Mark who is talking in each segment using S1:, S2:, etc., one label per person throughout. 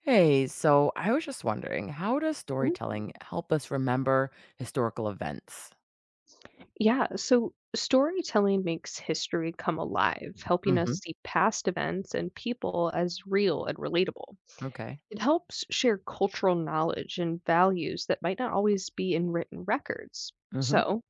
S1: Hey, so I was just wondering, how does
S2: Mhm.
S1: storytelling help us remember historical events?
S2: Yeah, so storytelling makes history come alive, helping
S1: Hmm.
S2: us see past events and people as real and relatable.
S1: Okay.
S2: It helps share cultural knowledge and values that might not always be in written records.
S1: Hmm.
S2: So,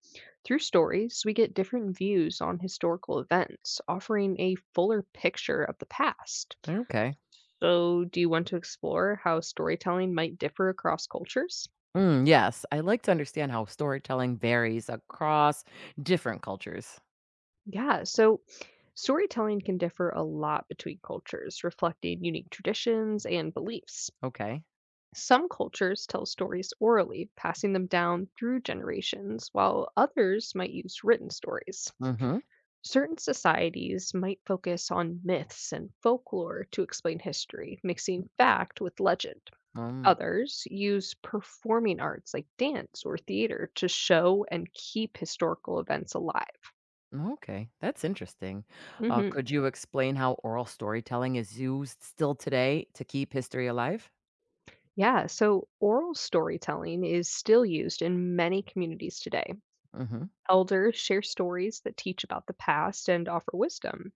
S2: through stories, we get different views on historical events, offering a fuller picture of the past.
S1: Okay.
S2: So, do you want to explore how storytelling might differ across cultures?
S1: Mm, yes, I like to understand how storytelling varies across different cultures.
S2: Yeah, so storytelling can differ a lot between cultures, reflecting unique traditions and beliefs.
S1: Okay.
S2: Some cultures tell stories orally, passing them down through generations, while others might use written stories.
S1: Hmm.
S2: Certain societies might focus on myths and folklore to explain history, mixing fact with legend.
S1: Um,
S2: Others use performing arts like dance or theater to show and keep historical events alive.
S1: okay, that's interesting.
S2: Mm-hmm.
S1: Could you explain how oral storytelling is used still today to keep history alive?
S2: Yeah, so oral storytelling is still used in many communities today.
S1: Hmm.
S2: Elders share stories that teach about the past and offer wisdom.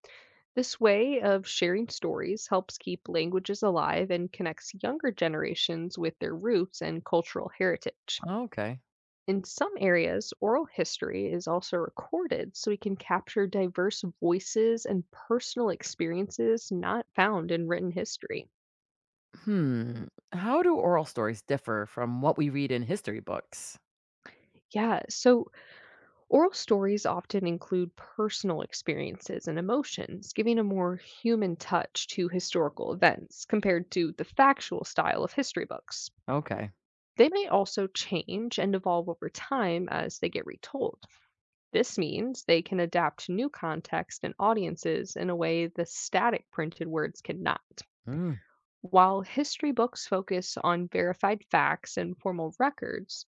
S2: This way of sharing stories helps keep languages alive and connects younger generations with their roots and cultural heritage.
S1: Okay.
S2: In some areas, oral history is also recorded so we can capture diverse voices and personal experiences not found in written history.
S1: Hmm. How do oral stories differ from what we read in history books?
S2: Yeah, so oral stories often include personal experiences and emotions, giving a more human touch to historical events compared to the factual style of history books.
S1: Okay.
S2: They may also change and evolve over time as they get retold. This means they can adapt to new context and audiences in a way the static printed words cannot.
S1: Mm.
S2: While history books focus on verified facts and formal records,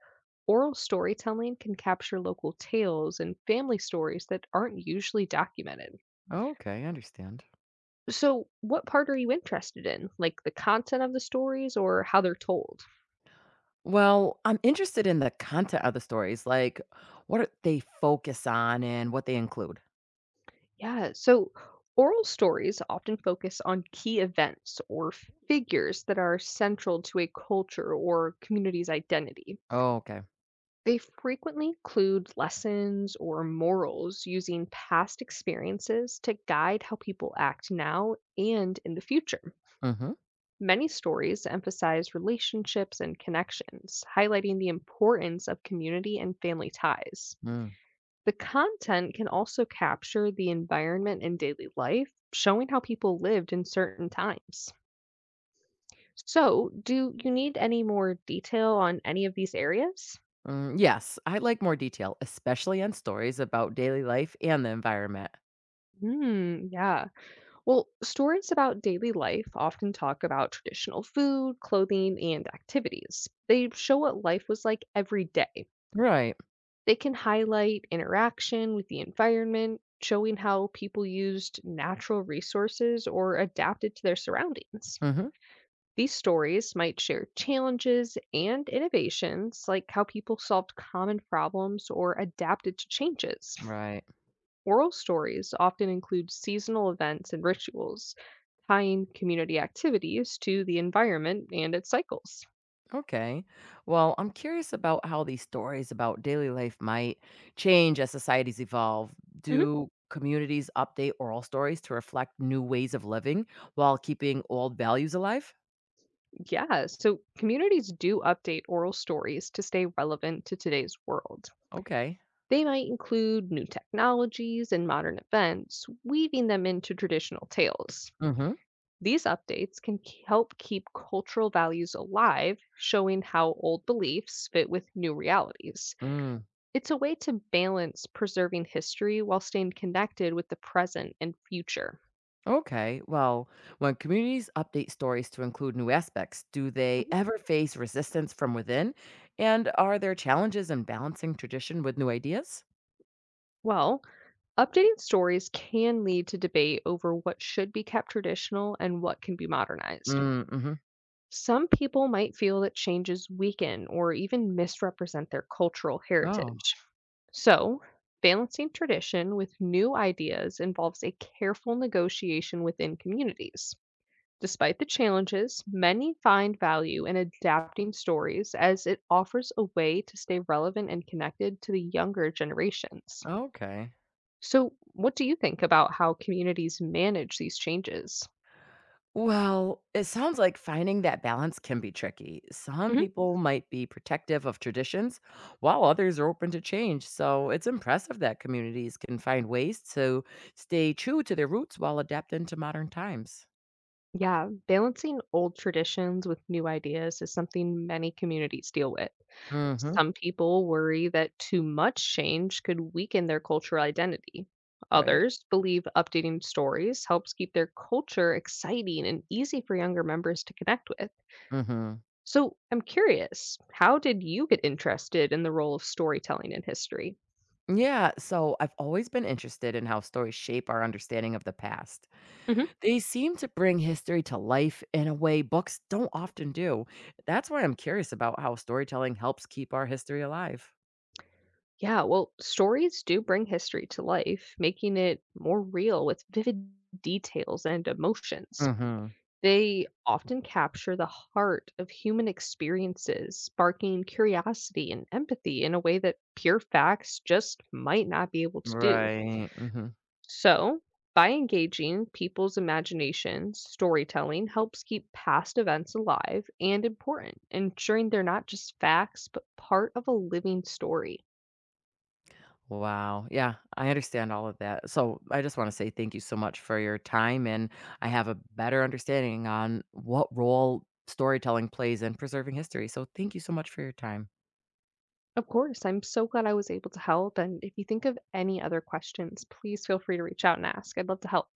S2: oral storytelling can capture local tales and family stories that aren't usually documented.
S1: Okay, I understand.
S2: So, what part are you interested in? Like the content of the stories or how they're told?
S1: Well, I'm interested in the content of the stories, like what are they focus on and what they include.
S2: Yeah, so oral stories often focus on key events or figures that are central to a culture or community's identity.
S1: Oh, okay.
S2: They frequently include lessons or morals using past experiences to guide how people act now and in the future.
S1: Mm-hmm.
S2: Many stories emphasize relationships and connections, highlighting the importance of community and family ties.
S1: Mm.
S2: The content can also capture the environment in daily life, showing how people lived in certain times. So, do you need any more detail on any of these areas?
S1: Mm, yes, I like more detail, especially on stories about daily life and the environment.
S2: Hmm, yeah. Well, stories about daily life often talk about traditional food, clothing, and activities. They show what life was like every day.
S1: Right.
S2: They can highlight interaction with the environment, showing how people used natural resources or adapted to their surroundings.
S1: Mm-hmm.
S2: These stories might share challenges and innovations, like how people solved common problems or adapted to changes.
S1: Right.
S2: Oral stories often include seasonal events and rituals, tying community activities to the environment and its cycles.
S1: Okay. Well, I'm curious about how these stories about daily life might change as societies evolve.
S2: Mhm.
S1: Do communities update oral stories to reflect new ways of living while keeping old values alive?
S2: Yeah, so communities do update oral stories to stay relevant to today's world.
S1: Okay.
S2: They might include new technologies and modern events, weaving them into traditional tales.
S1: Mhm.
S2: These updates can help keep cultural values alive, showing how old beliefs fit with new realities.
S1: Mm.
S2: It's a way to balance preserving history while staying connected with the present and future.
S1: Okay. Well, when communities update stories to include new aspects, do they
S2: Mhm.
S1: ever face resistance from within? And are there challenges in balancing tradition with new ideas?
S2: Well, updating stories can lead to debate over what should be kept traditional and what can be modernized.
S1: Mm, mhm.
S2: Some people might feel that changes weaken or even misrepresent their cultural
S1: Oh,
S2: heritage. So, balancing tradition with new ideas involves a careful negotiation within communities. Despite the challenges, many find value in adapting stories as it offers a way to stay relevant and connected to the younger generations.
S1: okay.
S2: So, what do you think about how communities manage these changes?
S1: Well, it sounds like finding that balance can be tricky. Some
S2: Mhm.
S1: people might be protective of traditions, while others are open to change. So it's impressive that communities can find ways to stay true to their roots while adapting to modern times.
S2: Yeah, balancing old traditions with new ideas is something many communities deal with. Some people worry that too much change could weaken their cultural identity.
S1: Right.
S2: Others believe updating stories helps keep their culture exciting and easy for younger members to connect with.
S1: Mhm.
S2: So, I'm curious, how did you get interested in the role of storytelling in history?
S1: Yeah, so I've always been interested in how stories shape our understanding of the past.
S2: Hmm.
S1: They seem to bring history to life in a way books don't often do. That's why I'm curious about how storytelling helps keep our history alive.
S2: Yeah, well, stories do bring history to life, making it more real with vivid details and emotions.
S1: Mhm.
S2: They often capture the heart of human experiences, sparking curiosity and empathy in a way that pure facts just might not be able to do.
S1: Right. Mhm.
S2: So, by engaging people's imaginations, storytelling helps keep past events alive and important, ensuring they're not just facts, but part of a living story.
S1: Wow. Yeah, I understand all of that. So, I just want to say thank you so much for your time and I have a better understanding on what role storytelling plays in preserving history. So, thank you so much for your time.
S2: Of course, I'm so glad I was able to help. And if you think of any other questions, please feel free to reach out and ask. I'd love to help.